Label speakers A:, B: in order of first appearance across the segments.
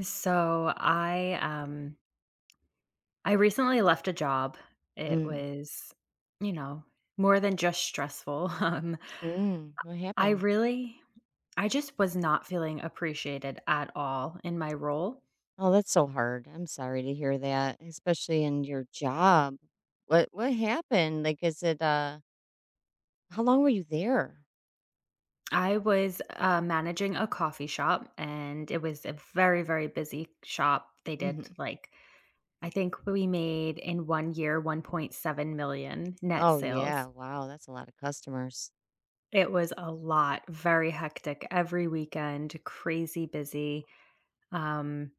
A: So I recently left a job. It
B: Mm.
A: was, you know, more than just stressful.
B: Mm, what
A: I
B: happened?
A: really I just was not feeling appreciated at all in my role.
B: Oh, that's so hard. I'm sorry to hear that, especially in your job. What happened? Like, is it how long were you there?
A: I was managing a coffee shop, and it was a very very busy shop. They did
B: Hmm.
A: like I think we made in one year 1.7 million net
B: Oh
A: sales.
B: yeah, wow, that's a lot of customers.
A: It was a lot, very hectic every weekend, crazy busy, um,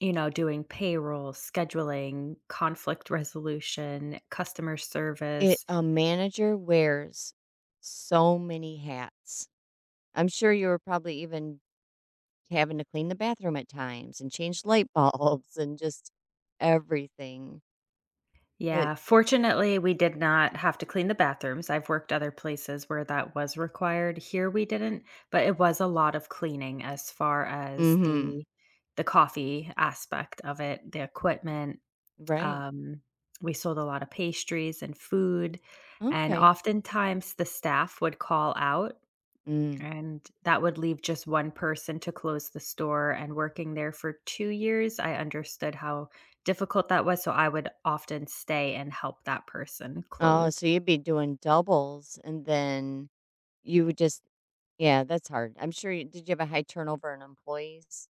A: doing payroll, scheduling, conflict resolution, customer
B: It
A: service.
B: A manager wears so many hats. I'm sure you were probably even having to clean the bathroom at times and change light bulbs and just everything. That
A: Yeah, fortunately, we did not have to clean the bathrooms. I've worked other places where that was required. Here we didn't, but it was a lot of cleaning as far as
B: Mm-hmm.
A: the coffee aspect of it, the equipment.
B: Right.
A: Um, we sold a lot of pastries and food, and
B: Okay.
A: oftentimes the staff would call out.
B: Mm.
A: And that would leave just one person to close the store, and working there for 2 years, I understood how difficult that was, so I would often stay and help that person
B: Oh,
A: close.
B: so you'd be doing doubles, and then you would just yeah, that's hard. I'm sure you have a high turnover in employees?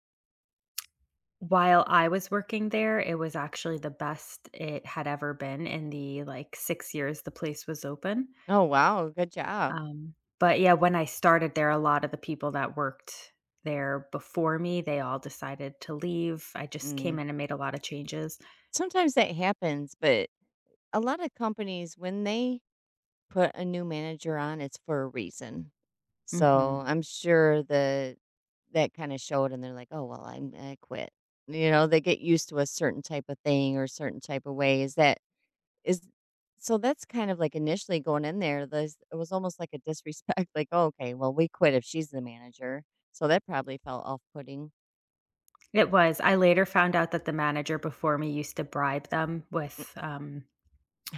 A: While I was working there, it was actually the best it had ever been in the, like, 6 years the place was open,
B: Oh, wow. Good job.
A: um, but yeah, when I started there, a lot of the people that worked there before me, they all decided to leave. I just came
B: Mm.
A: in and made a lot of changes.
B: Sometimes that happens, but a lot of companies, when they put a new manager on, it's for a reason.
A: Mhm.
B: So I'm sure the that kind of showed, and they're like, "Oh well, I quit." They get used to a certain type of thing or certain type of way. Is that Is So that's kind of like initially going in there, there's it was almost like a disrespect, like, "Oh, okay, well, we quit if she's the manager." So that probably felt off-putting.
A: It was. I later found out that the manager before me used to bribe them with,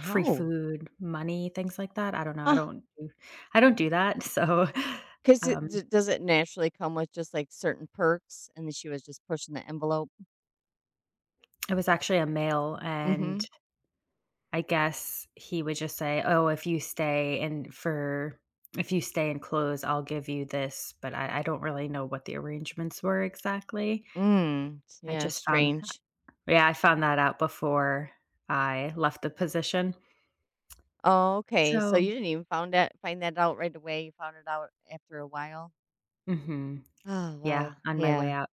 A: free food, money, things like that. I don't know. I
B: Uh,
A: don't do I don't do that. So,
B: 'Cause it
A: um,
B: d does it naturally come with just, like, certain perks, and then she was just pushing the envelope?
A: it was actually a male, and
B: Mhm.
A: I guess he would just say, "Oh, if you stay and for if you stay and close, I'll give you this," but I don't really know what the arrangements were exactly.
B: Mm,
A: I
B: yeah,
A: just found
B: strange.
A: yeah, I found that out before I left the position.
B: Oh, okay, so
A: So
B: you didn't even found that find that out right away, you found it out after a while?
A: mhm.
B: Oh,
A: Yeah,
B: well.
A: on my way
B: Yeah.
A: out.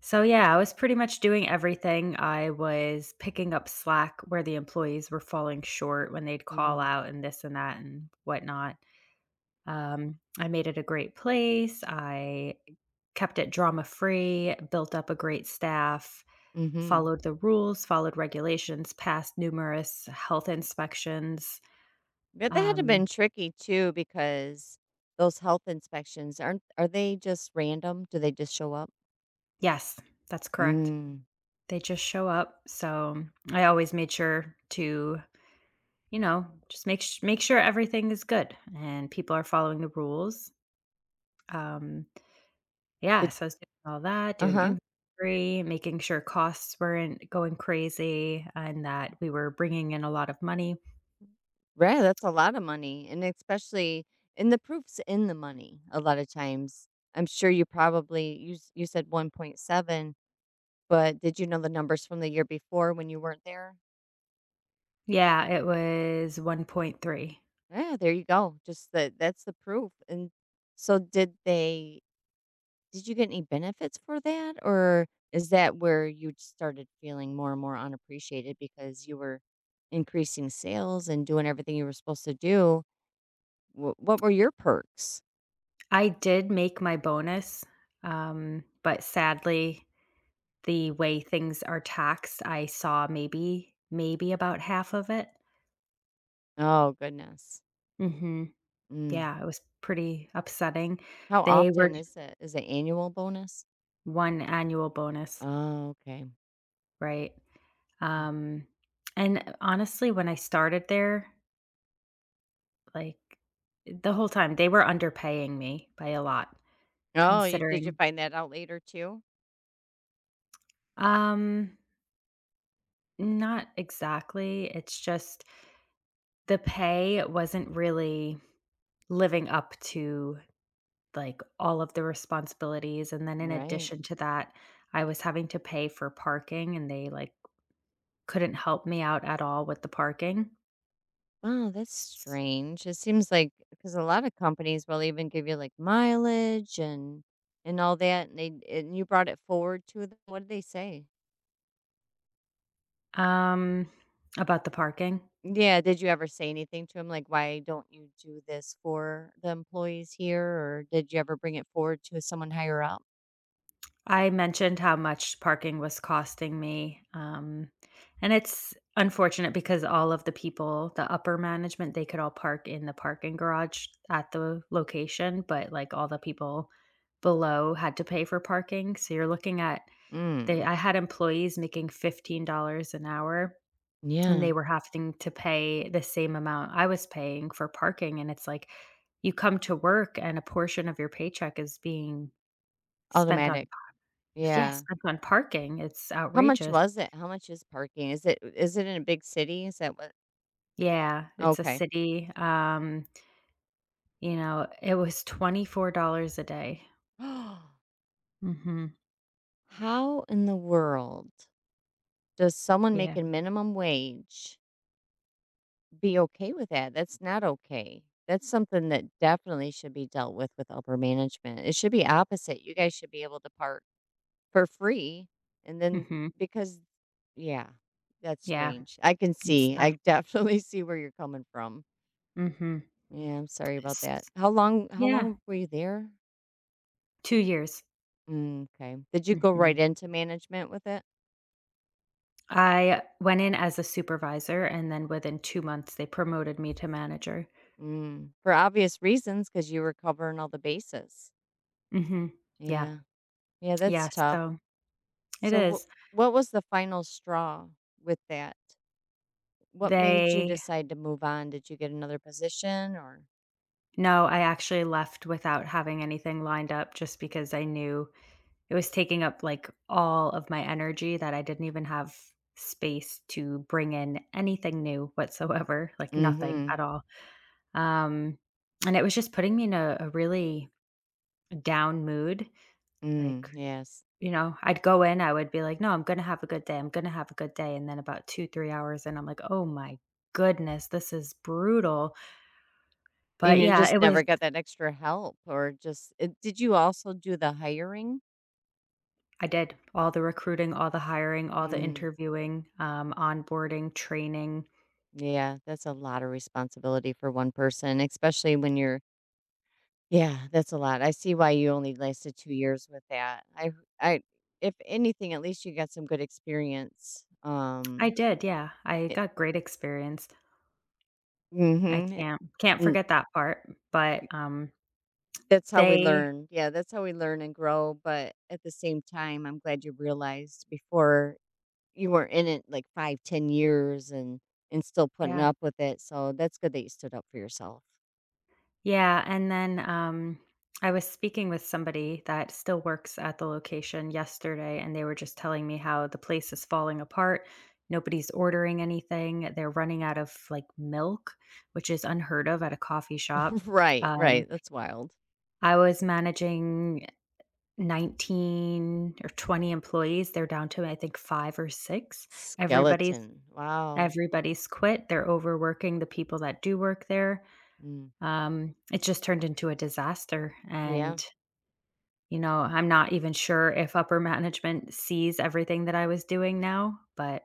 A: So, yeah, I was pretty much doing everything. I was picking up slack where the employees were falling short when they'd call
B: Mm,
A: out and this and that and whatnot. I made it a great place. I kept it drama free, built up a great staff,
B: mhm.
A: followed the rules, followed regulations, passed numerous health inspections.
B: But that had to have
A: Um,
B: been tricky too, because those health inspections aren't are they just random? Do they just show up?
A: yes, that's correct.
B: Mm.
A: They just show up. So, I always made sure to, you know, just make sure everything is good and people are following the rules. Um, yeah, so I was doing all that, doing
B: Uh-huh.
A: inventory, making sure costs weren't going crazy and that we were bringing in a lot of money.
B: Right, that's a lot of money, and the proof's in the money a lot of times. I'm sure you probably, you said 1.7, but did you know the numbers from the year before when you weren't there?
A: Yeah, it was 1.3.
B: Yeah, there you go. Just that's the proof. And so did you get any benefits for that, or is that where you started feeling more and more unappreciated because you were increasing sales and doing everything you were supposed to do? What were your perks?
A: I did make my bonus, but sadly, the way things are taxed, I saw maybe about half of it.
B: Oh goodness.
A: Mhm.
B: Mm.
A: Yeah, it was pretty upsetting.
B: How
A: They were
B: often is it? Is it annual bonus?
A: 1 annual bonus,
B: Oh, okay.
A: right?
B: Mm.
A: Um, and honestly, when I started there, like, the whole time, they were underpaying me by a lot
B: Oh, did you
A: considering,
B: find that out later too?
A: um, not exactly, it's just the pay wasn't really living up to, like, all of the responsibilities, and then in
B: Right.
A: addition to that, I was having to pay for parking, and they, like, couldn't help me out at all with the parking.
B: Wow, that's strange. It seems like, because a lot of companies will even give you like mileage and all that, and they and you brought it forward to them. What did they say?
A: Um, about the parking.
B: Yeah, did you ever say anything to them like, why don't you do this for the employees here, or did you ever bring it forward to someone higher up?
A: I mentioned how much parking was costing me, and it's unfortunate because all of the people, the upper management, they could all park in the parking garage at the location, but, like, all the people below had to pay for parking, so you're looking at, they
B: Mm.
A: I had employees making $15 an hour. And they
B: Yeah,
A: were having to pay the same amount I was paying for parking, and it's like, you come to work and a portion of your paycheck is being spent on
B: automatic.
A: yes,
B: Yeah.
A: spent on parking. It's
B: How much
A: outrageous.
B: was it? How much is parking? Is it in a big city? Is that what?
A: Yeah, it's a
B: Okay.
A: city, it was $24 a day. Mhm,
B: How in the world? Does someone
A: yeah,
B: making minimum wage be okay with that? That's not okay. That's something that definitely should be dealt with upper management. It should be opposite. You guys should be able to part for free. And then
A: mhm,
B: because, yeah, that's
A: yeah,
B: strange. I can
A: it's
B: see. I
A: tough.
B: definitely see where you're coming from.
A: Mhm,
B: Yeah, I'm sorry about that. How long? How
A: yeah,
B: long were you there?
A: 2 years.
B: Mm, okay. Did you go
A: Mhm.
B: right into management with it?
A: I went in as a supervisor, and then within 2 months, they promoted me to manager.
B: Mm, for obvious reasons, because you were covering all the bases.
A: Mhm. Yeah.
B: Yeah. Yeah, that's
A: Yeah,
B: tough.
A: so it
B: So
A: is.
B: what was the final straw with that? What made you
A: They
B: decide to move on? Did you get another position or?
A: No, I actually left without having anything lined up just because I knew it was taking up, like, all of my energy that I didn't even have space to bring in anything new whatsoever, like, nothing
B: Mhm.
A: at all. Um, and it was just putting me in a really down mood,
B: Mm,
A: like,
B: yes.
A: you know, I'd go in, I would be like, "No, I'm gonna have a good day, I'm gonna have a good day," and then about 2, 3 hours in, I'm like, "Oh my goodness, this is brutal." But
B: And you
A: yeah,
B: just
A: it was
B: never got that extra help, or did you also do the hiring?
A: I did all the recruiting, all the hiring, all the
B: Mm,
A: interviewing, onboarding, training.
B: yeah, that's a lot of responsibility for one person, especially when you're— Yeah, that's a lot. I see why you only lasted 2 years with that. I if anything, at least you got some good experience.
A: I did, yeah, I got great experience. I
B: Mhm,
A: can't can't
B: mm
A: forget that part, but,
B: that's how we
A: they
B: learn. Yeah, that's how we learn and grow, but at the same time, I'm glad you realized before you were in it, like, 5, 10 years and still putting
A: yeah.
B: up with it, so that's good that you stood up for yourself.
A: Yeah, and then, I was speaking with somebody that still works at the location yesterday, and they were just telling me how the place is falling apart. Nobody's ordering anything. They're running out of, like, milk, which is unheard of at a coffee shop.
B: Right,
A: Um,
B: right, that's wild.
A: I was managing 19 or 20 employees. They're down to, I think, 5 or 6. Everybody's
B: Skeleton, wow.
A: everybody's quit. They're overworking the people that do work there.
B: Mm,
A: It just turned into a disaster,
B: yeah.
A: and, you know, I'm not even sure if upper management sees everything that I was doing now, but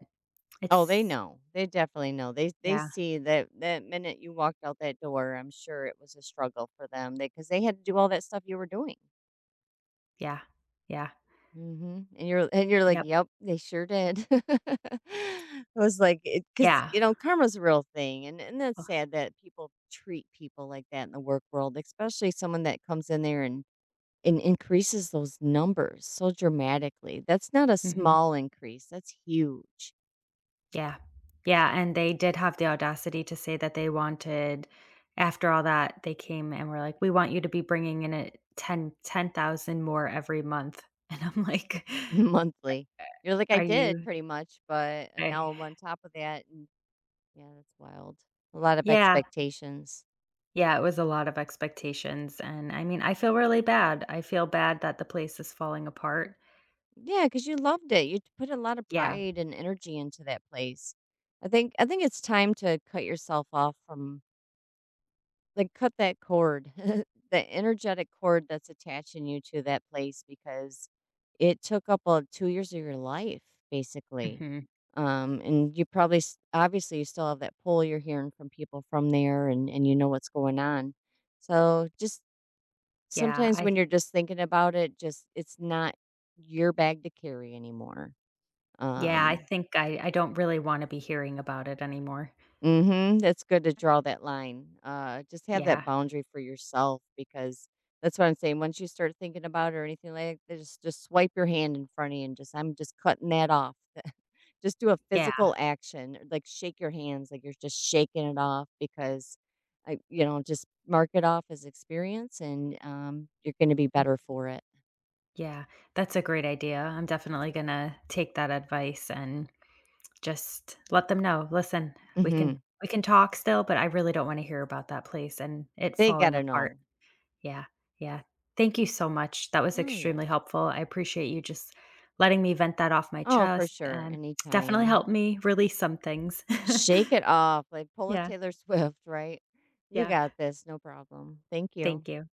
B: Oh, they
A: it's
B: know. They definitely know. They
A: yeah,
B: see that that minute you walked out that door, I'm sure it was a struggle for them, because they 'cause they had to do all that stuff you were doing.
A: yeah, yeah,
B: Mhm, and you're like,
A: yep,
B: "Yep, they sure did." I was like, because
A: yeah,
B: karma's a real thing, and that's
A: oh,
B: sad that people treat people like that in the work world, especially someone that comes in there and increases those numbers so dramatically. That's not a
A: mhm,
B: small increase, that's huge
A: yeah, yeah, and they did have the audacity to say that they wanted, after all that, they came and were like, "We want you to be bringing in a ten thousand more every month," and I'm like,
B: monthly. You're like, "I
A: "Are
B: did
A: you"
B: pretty much, but
A: I
B: now I'm on top of that," and yeah, that's wild. A lot of
A: Yeah.
B: expectations.
A: Yeah, it was a lot of expectations, and I mean, I feel really bad. I feel bad that the place is falling apart.
B: Yeah, because you loved it. You put a lot of
A: Yeah.
B: pride and energy into that place. I think it's time to cut yourself off from, like, cut that cord, the energetic cord that's attaching you to that place, because it took up 2 years of your life, basically.
A: Mhm.
B: And you probably obviously you still have that pull, you're hearing from people from there, and you know what's going on. So just
A: Yeah,
B: sometimes,
A: I
B: when you're just thinking about it, just, it's not your bag to carry anymore.
A: yeah, I
B: Um,
A: think I don't really wanna be hearing about it anymore.
B: mhm, that's good to draw that line. Just have that
A: Yeah.
B: boundary for yourself, because that's what I'm saying. Once you start thinking about it or anything like that, just swipe your hand in front of you and just, I'm just cutting that off. Just do a
A: Yeah.
B: physical action, like shake your hands, like you're just shaking it off because, just mark it off as experience, and you're going to be
A: Mm,
B: better for it.
A: yeah. That's a great idea. I'm definitely gonna take that advice and just let them know, "Listen, we can
B: Hmm.
A: we can talk still, but I really don't wanna hear about that place and it
B: They got
A: falling
B: to
A: apart."
B: know.
A: Yeah, yeah. Thank you so much. That was
B: Oh yeah.
A: extremely helpful. I appreciate you just letting me vent that off my
B: Oh, for
A: chest
B: sure.
A: and definitely
B: Anytime.
A: helped me release some things.
B: Shake it off, like, pull a
A: yeah,
B: Taylor Swift, right? "You
A: yeah.
B: got this, no problem. Thank
A: Thank
B: you."
A: you.